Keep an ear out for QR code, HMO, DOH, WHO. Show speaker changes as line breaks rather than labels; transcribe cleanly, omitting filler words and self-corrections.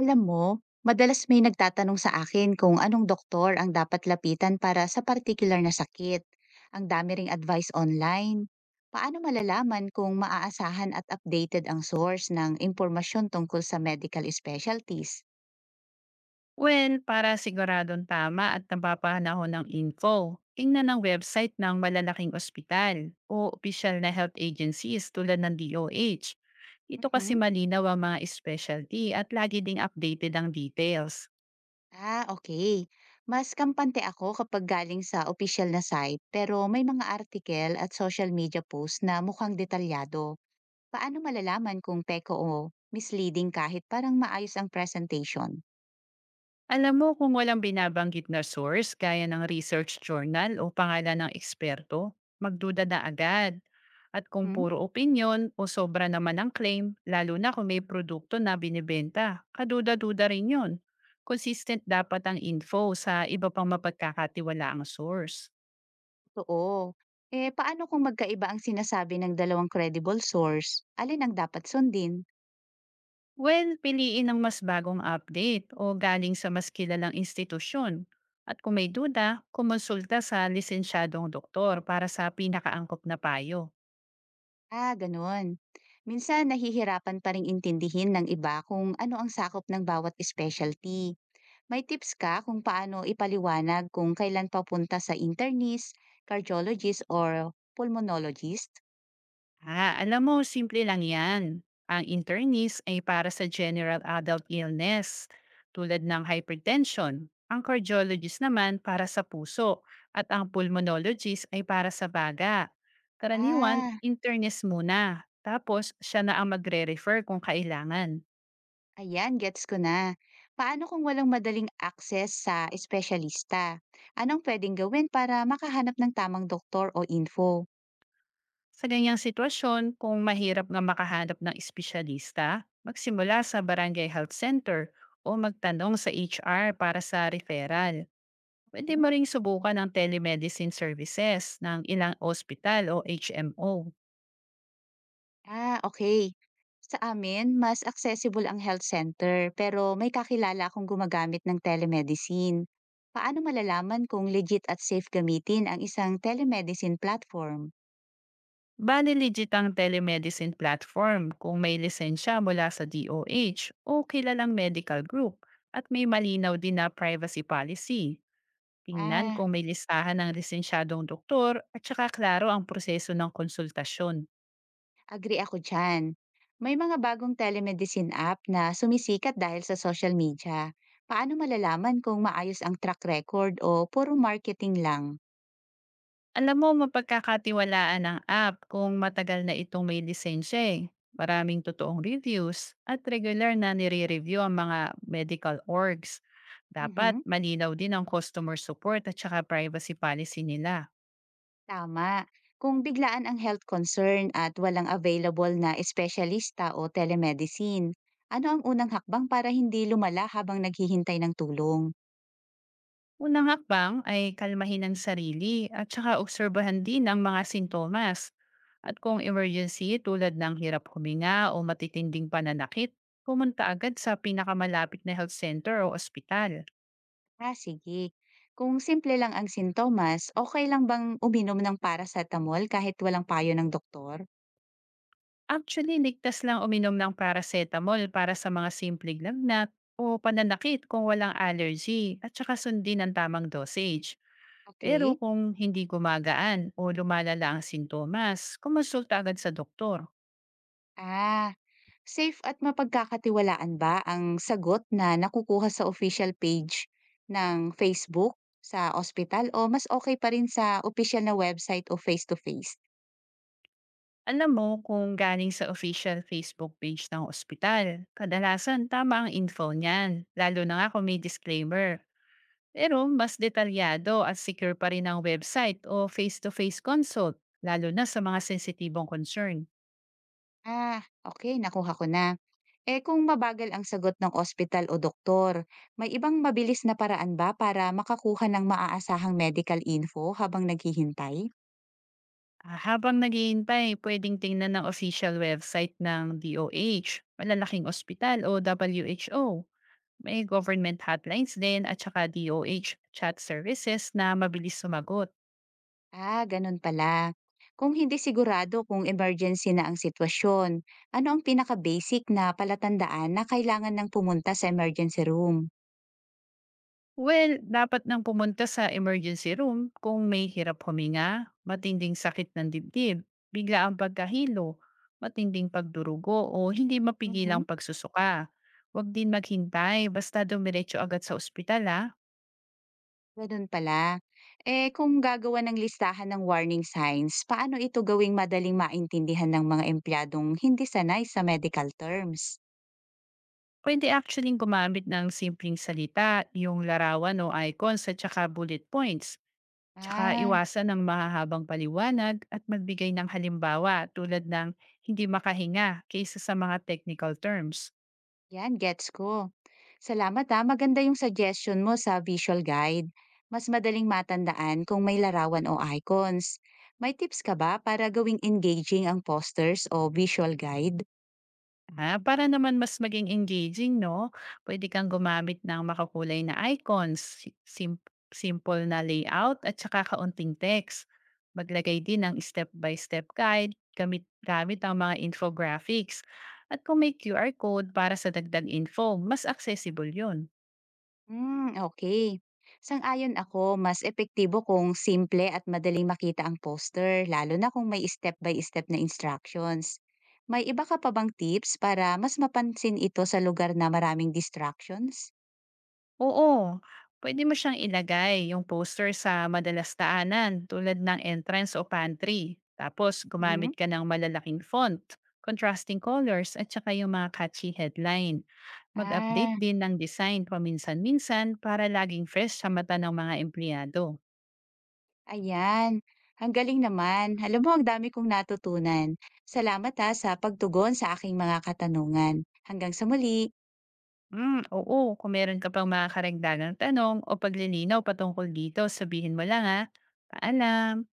Alam mo, madalas may nagtatanong sa akin kung anong doktor ang dapat lapitan para sa particular na sakit. Ang dami ring advice online. Paano malalaman kung maaasahan at updated ang source ng impormasyon tungkol sa medical specialties?
Well, para siguradong tama at napapanahon ng info, tingnan ang website ng malalaking ospital o opisyal na health agencies tulad ng DOH. Ito kasi
Mhm.
malinaw ang mga specialty at lagi ding updated ang details.
Okay. Mas kampante ako kapag galing sa official na site pero may mga article at social media posts na mukhang detalyado. Paano malalaman kung peko o misleading kahit parang maayos ang presentation?
Alam mo, kung walang binabanggit na source gaya ng research journal o pangalan ng eksperto, magduda na agad. At kung
Mhm,
puro opinion o sobra naman ang claim, lalo na kung may produkto na binibenta, kaduda-duda rin yon. Consistent dapat ang info sa iba pang mapagkakatiwala ang source.
Totoo. Eh, paano kung magkaiba ang sinasabi ng dalawang credible source? Alin ang dapat sundin?
Well, piliin ang mas bagong update o galing sa mas kilalang institusyon. At kung may duda, kumonsulta sa lisensyadong doktor para sa pinakaangkop na payo.
Ah, ganun. Minsan, nahihirapan pa rin intindihin ng iba kung ano ang sakop ng bawat specialty. May tips ka kung paano ipaliwanag kung kailan papunta sa internist, cardiologist, or pulmonologist?
Ah, alam mo, simple lang yan. Ang internis ay para sa general adult illness tulad ng hypertension. Ang cardiologist naman para sa puso at ang pulmonologist ay para sa baga. Karaniwan,
Ah,
internis muna. Tapos, siya na ang magre-refer kung kailangan.
Ayan, gets ko na. Paano kung walang madaling access sa espesyalista? Anong pwedeng gawin para makahanap ng tamang doktor o info?
Sa ganyang sitwasyon, kung mahirap nga makahanap ng espesyalista, magsimula sa barangay health center o magtanong sa HR para sa referral. Puwede
Mhm.
mo ring subukan ang telemedicine services ng ilang ospital o HMO.
Okay. Sa amin, mas accessible ang health center pero may kakilala akong gumagamit ng telemedicine. Paano malalaman kung legit at safe gamitin ang isang telemedicine platform?
Bale legit ang telemedicine platform kung may lisensya mula sa DOH o H o kilalang medical group at may malinaw din na privacy policy. Tingnan
Ah,
kung may listahan ng lisensyadong doktor at saka klaro ang proseso ng konsultasyon.
Agree ako dyan. May mga bagong telemedicine app na sumisikat dahil sa social media. Paano malalaman kung maayos ang track record o puro marketing lang?
Alam mo, mapagkakatiwalaan ang app kung matagal na itong may lisensya, eh. Maraming totoong reviews at regular na nire-review ang mga medical orgs. Dapat
Mhm,
malinaw din ang customer support at saka privacy policy nila.
Tama. Kung biglaan ang health concern at walang available na espesyalista o telemedicine, ano ang unang hakbang para hindi lumala habang naghihintay ng tulong?
Unang hakbang ay kalmahin ang sarili at saka obserbahan din ang mga sintomas. At kung emergency tulad ng hirap huminga o matitinding pananakit, pumunta agad sa pinakamalapit na health center o ospital.
Ah, sige. Kung simple lang ang sintomas, okay lang bang uminom ng paracetamol kahit walang payo ng doktor?
Actually, ligtas lang uminom ng paracetamol para sa mga simpleng lagnat o pananakit kung walang allergy at saka sundin ang tamang dosage. Pero
Okay?
kung hindi gumagaan o lumalala ang sintomas, kumonsulta agad sa doktor.
Ah, Safe at mapagkakatiwalaan ba ang sagot na nakukuha sa official page ng Facebook, sa ospital o mas okay pa rin sa official na website o face-to-face?
Alam mo, kung galing sa official Facebook page ng ospital, kadalasan tama ang info niyan, lalo na nga kung may disclaimer. Pero mas detalyado at secure pa rin ang website o face-to-face consult, lalo na sa mga sensitibong concern.
Ah, okay, nakuha ko na. Eh, kung mabagal ang sagot ng ospital o doktor, may ibang mabilis na paraan ba para makakuha ng maaasahang medical info habang naghihintay?
Habang naghihintay, pwedeng tingnan ng official website ng DOH, malalaking ospital o WHO. May government hotlines din at saka DOH chat services na mabilis sumagot.
Ah, ganun pala. Kung hindi sigurado kung emergency na ang sitwasyon, ano ang pinaka-basic na palatandaan na kailangan ng pumunta sa emergency room?
Well, dapat nang pumunta sa emergency room kung may hirap huminga, matinding sakit ng dibdib, bigla ang pagkahilo, matinding pagdurugo o hindi mapigilang
Mhm.
pagsusuka. Huwag din maghintay, basta dumiretso agad sa ospital ha.
Ganun pala. Eh, kung gagawa ng listahan ng warning signs, paano ito gawing madaling maintindihan ng mga empleyadong hindi sanay sa medical terms?
Pwede actually gumamit ng simpleng salita, yung larawan o icons at saka bullet points. Tsaka
Ah,
iwasan ng mahahabang paliwanag at magbigay ng halimbawa tulad ng hindi makahinga kaysa sa mga technical terms.
Yan, gets ko. Salamat ha, maganda yung suggestion mo sa visual guide. Mas madaling matandaan kung may larawan o icons. May tips ka ba para gawing engaging ang posters o visual guide?
Ah, para naman mas maging engaging 'no, puwede kang gumamit ng makakulay na icons, si sim simple na layout at saka kaunting text. Maglagay din ng step by step guide gamit gamit ang mga infographics at kung may QR code para sa dagdag info, mas accessible yun.
Hmm, okay. Sang-ayon ako, mas epektibo kung simple at madaling makita ang poster, lalo na kung may step-by-step na instructions. May iba ka pa bang tips para mas mapansin ito sa lugar na maraming distractions?
Oo, puwede mo siyang ilagay yung poster sa madalas daanan tulad ng entrance o pantry. Tapos
Mhm.
gumamit ka ng malalaking font, contrasting colors at saka yung mga catchy headline. Mag-update
Ah,
din ng design paminsan-minsan para laging fresh sa mata ng mga empleyado.
Ayan, ang galing naman. Alam mo, ang dami kong natutunan. Salamat ha sa pagtugon sa aking mga katanungan. Hanggang sa muli.
Mm, oo, kung meron ka pang mga karagdagang tanong o paglilinaw patungkol dito, sabihin mo lang ha. Paalam!